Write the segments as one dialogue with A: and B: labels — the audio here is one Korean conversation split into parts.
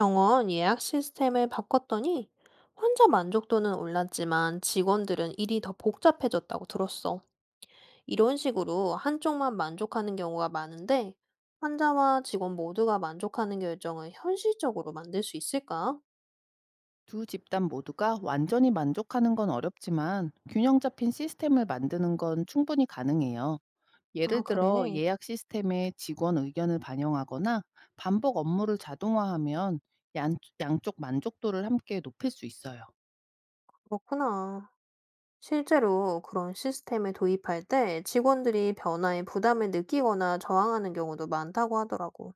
A: 병원 예약 시스템을 바꿨더니 환자 만족도는 올랐지만 직원들은 일이 더 복잡해졌다고 들었어. 이런 식으로 한쪽만 만족하는 경우가 많은데 환자와 직원 모두가 만족하는 결정을 현실적으로 만들 수 있을까?
B: 두 집단 모두가 완전히 만족하는 건 어렵지만, 균형 잡힌 시스템을 만드는 건 충분히 가능해요. 예를
A: 아,
B: 들어,
A: 그래.
B: 예약 시스템에 직원 의견을 반영하거나 반복 업무를 자동화하면 양쪽 만족도를 함께 높일 수 있어요.
A: 그렇구나. 실제로 그런 시스템을 도입할 때 직원들이 변화에 부담을 느끼거나 저항하는 경우도 많다고 하더라고.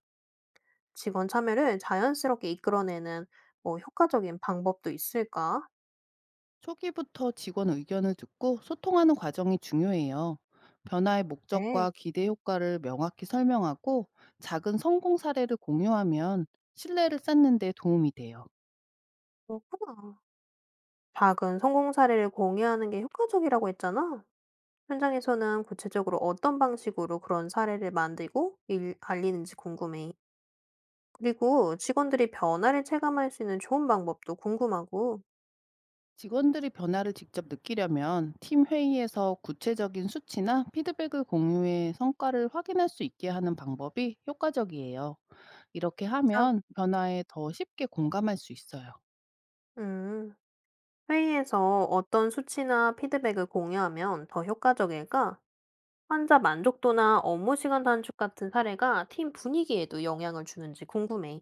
A: 직원 참여를 자연스럽게 이끌어내는 뭐 효과적인 방법도 있을까?
B: 초기부터 직원 의견을 듣고 소통하는 과정이 중요해요. 변화의
A: 네,
B: 목적과 기대 효과를 명확히 설명하고, 작은 성공 사례를 공유하면 신뢰를 쌓는 데 도움이 돼요.
A: 그렇구나. 작은 성공 사례를 공유하는 게 효과적이라고 했잖아. 현장에서는 구체적으로 어떤 방식으로 그런 사례를 만들고 알리는지 궁금해. 그리고 직원들이 변화를 체감할 수 있는 좋은 방법도 궁금하고.
B: 직원들이 변화를 직접 느끼려면, 팀 회의에서 구체적인 수치나 피드백을 공유해 성과를 확인할 수 있게 하는 방법이 효과적이에요. 이렇게
A: 진짜?
B: 하면 변화에 더 쉽게 공감할 수 있어요.
A: 음, 회의에서 어떤 수치나 피드백을 공유하면 더 효과적일까? 환자 만족도나 업무 시간 단축 같은 사례가 팀 분위기에도 영향을 주는지 궁금해.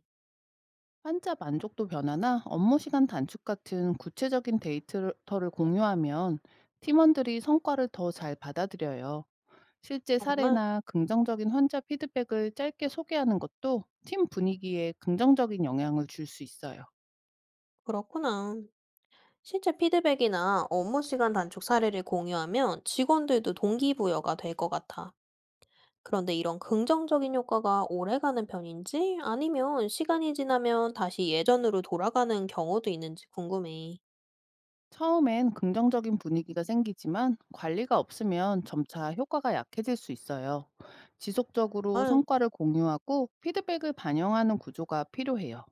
B: 환자 만족도 변화나 업무 시간 단축 같은 구체적인 데이터를 공유하면 팀원들이 성과를 더 잘 받아들여요. 실제
A: 정말?
B: 사례나 긍정적인 환자 피드백을 짧게 소개하는 것도 팀 분위기에 긍정적인 영향을 줄 수 있어요.
A: 그렇구나. 실제 피드백이나 업무 시간 단축 사례를 공유하면 직원들도 동기부여가 될 것 같아. 그런데 이런 긍정적인 효과가 오래가는 편인지 아니면 시간이 지나면 다시 예전으로 돌아가는 경우도 있는지 궁금해.
B: 처음엔 긍정적인 분위기가 생기지만, 관리가 없으면 점차 효과가 약해질 수 있어요. 지속적으로
A: 아,
B: 성과를 공유하고 피드백을 반영하는 구조가 필요해요.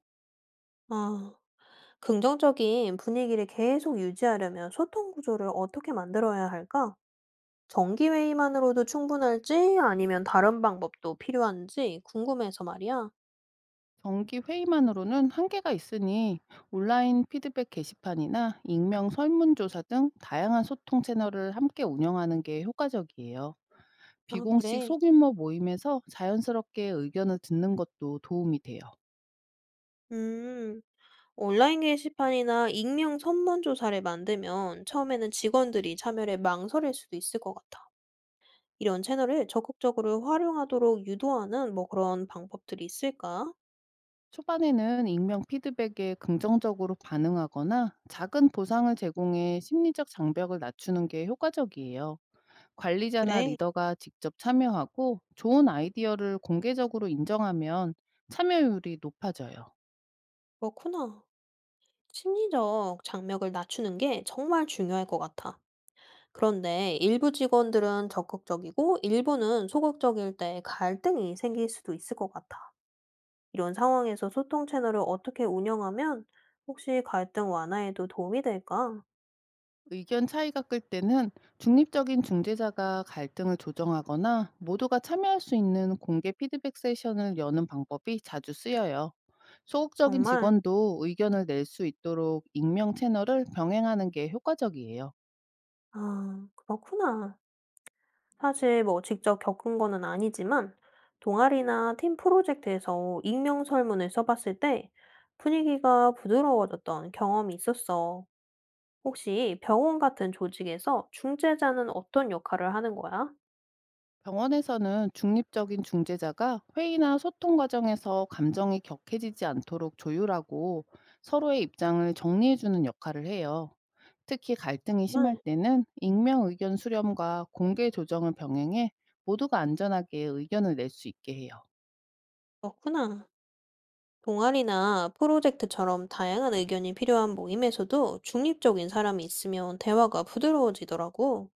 A: 아, 긍정적인 분위기를 계속 유지하려면 소통 구조를 어떻게 만들어야 할까? 정기회의만으로도 충분할지 아니면 다른 방법도 필요한지 궁금해서 말이야.
B: 정기 회의만으로는 한계가 있으니, 온라인 피드백 게시판이나 익명 설문조사 등 다양한 소통 채널을 함께 운영하는 게 효과적이에요.
A: 아,
B: 비공식
A: 그래.
B: 소규모 모임에서 자연스럽게 의견을 듣는 것도 도움이 돼요.
A: 음. 온라인 게시판이나 익명 선문조사를 만들면 처음에는 직원들이 참여를 망설일 수도 있을 것 같아. 이런 채널을 적극적으로 활용하도록 유도하는 뭐 그런 방법들이 있을까?
B: 초반에는 익명 피드백에 긍정적으로 반응하거나 작은 보상을 제공해 심리적 장벽을 낮추는 게 효과적이에요. 관리자나
A: 그래,
B: 리더가 직접 참여하고 좋은 아이디어를 공개적으로 인정하면 참여율이 높아져요.
A: 그렇구나. 심리적 장벽을 낮추는 게 정말 중요할 것 같아. 그런데 일부 직원들은 적극적이고 일부는 소극적일 때 갈등이 생길 수도 있을 것 같아. 이런 상황에서 소통 채널을 어떻게 운영하면 혹시 갈등 완화에도 도움이 될까?
B: 의견 차이가 끌 때는 중립적인 중재자가 갈등을 조정하거나, 모두가 참여할 수 있는 공개 피드백 세션을 여는 방법이 자주 쓰여요. 소극적인
A: 정말
B: 직원도 의견을 낼 수 있도록 익명 채널을 병행하는 게 효과적이에요.
A: 아, 그렇구나. 사실 뭐 직접 겪은 거는 아니지만, 동아리나 팀 프로젝트에서 익명 설문을 써봤을 때 분위기가 부드러워졌던 경험이 있었어. 혹시 병원 같은 조직에서 중재자는 어떤 역할을 하는 거야?
B: 병원에서는 중립적인 중재자가 회의나 소통 과정에서 감정이 격해지지 않도록 조율하고, 서로의 입장을 정리해주는 역할을 해요. 특히 갈등이 심할
A: 정말
B: 때는 익명 의견 수렴과 공개 조정을 병행해 모두가 안전하게 의견을 낼 수 있게 해요.
A: 그렇구나. 동아리나 프로젝트처럼 다양한 의견이 필요한 모임에서도 중립적인 사람이 있으면 대화가 부드러워지더라고.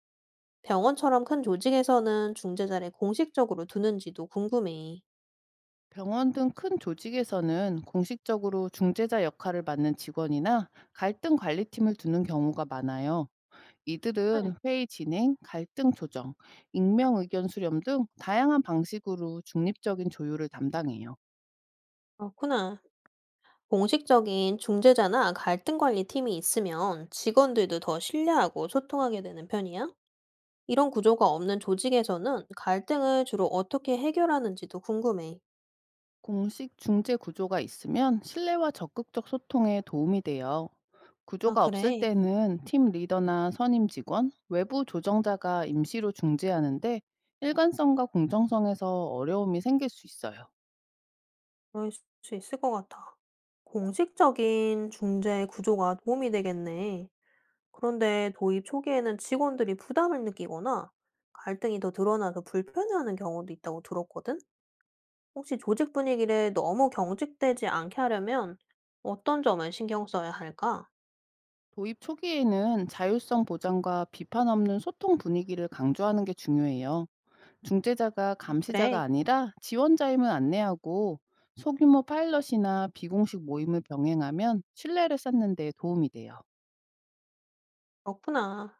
A: 병원처럼 큰 조직에서는 중재자를 공식적으로 두는지도 궁금해.
B: 병원 등 큰 조직에서는 공식적으로 중재자 역할을 맡는 직원이나 갈등 관리팀을 두는 경우가 많아요.
A: 네.
B: 이들은 회의 진행, 갈등 조정, 익명 의견 수렴 등 다양한 방식으로 중립적인 조율을 담당해요.
A: 그렇구나. 공식적인 중재자나 갈등 관리 팀이 있으면 직원들도 더 신뢰하고 소통하게 되는 편이야? 이런 구조가 없는 조직에서는 갈등을 주로 어떻게 해결하는지도 궁금해.
B: 공식 중재 구조가 있으면 신뢰와 적극적 소통에 도움이 돼요.
A: 아,
B: 구조가 없을
A: 그래.
B: 때는 팀 리더나 선임 직원, 외부 조정자가 임시로 중재하는데, 일관성과 공정성에서 어려움이 생길 수 있어요.
A: 그럴 수 있을 것 같아. 공식적인 중재 구조가 도움이 되겠네. 그런데 도입 초기에는 직원들이 부담을 느끼거나 갈등이 더 드러나서 불편해하는 경우도 있다고 들었거든? 혹시 조직 분위기를 너무 경직되지 않게 하려면 어떤 점을 신경 써야 할까?
B: 도입 초기에는 자율성 보장과 비판 없는 소통 분위기를 강조하는 게 중요해요. 중재자가
A: 아,
B: 감시자가
A: 그래.
B: 아니라 지원자임을 안내하고, 소규모 파일럿이나 비공식 모임을 병행하면 신뢰를 쌓는 데 도움이 돼요.
A: 그렇구나.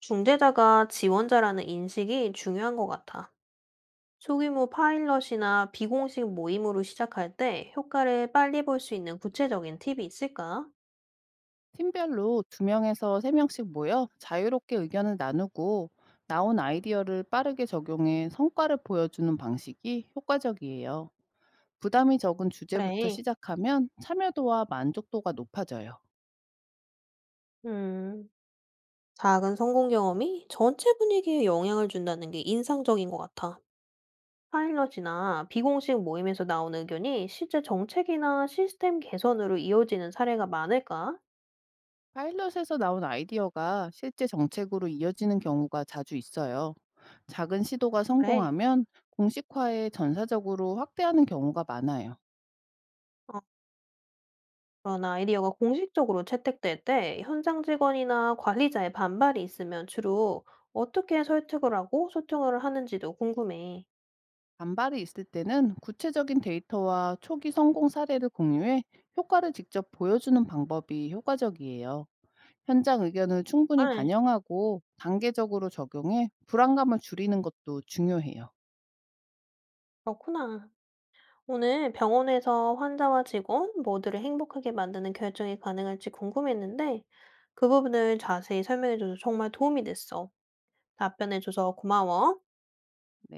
A: 중재자가 지원자라는 인식이 중요한 것 같아. 소규모 파일럿이나 비공식 모임으로 시작할 때 효과를 빨리 볼 수 있는 구체적인 팁이 있을까?
B: 팀별로 2명에서 3명씩 모여 자유롭게 의견을 나누고, 나온 아이디어를 빠르게 적용해 성과를 보여주는 방식이 효과적이에요. 부담이 적은 주제부터
A: 그래.
B: 시작하면 참여도와 만족도가 높아져요.
A: 음, 작은 성공 경험이 전체 분위기에 영향을 준다는 게 인상적인 것 같아. 파일럿이나 비공식 모임에서 나온 의견이 실제 정책이나 시스템 개선으로 이어지는 사례가 많을까?
B: 파일럿에서 나온 아이디어가 실제 정책으로 이어지는 경우가 자주 있어요. 작은 시도가
A: 그래.
B: 성공하면 공식화에 전사적으로 확대하는 경우가 많아요.
A: 어, 그런 아이디어가 공식적으로 채택될 때 현장 직원이나 관리자의 반발이 있으면 주로 어떻게 설득을 하고 소통을 하는지도 궁금해.
B: 반발이 있을 때는 구체적인 데이터와 초기 성공 사례를 공유해 효과를 직접 보여주는 방법이 효과적이에요. 현장 의견을
A: 아,
B: 충분히 반영하고 단계적으로 적용해 불안감을 줄이는 것도 중요해요.
A: 그렇구나. 오늘 병원에서 환자와 직원 모두를 행복하게 만드는 결정이 가능할지 궁금했는데 그 부분을 자세히 설명해줘서 정말 도움이 됐어. 답변해줘서 고마워.
B: 네.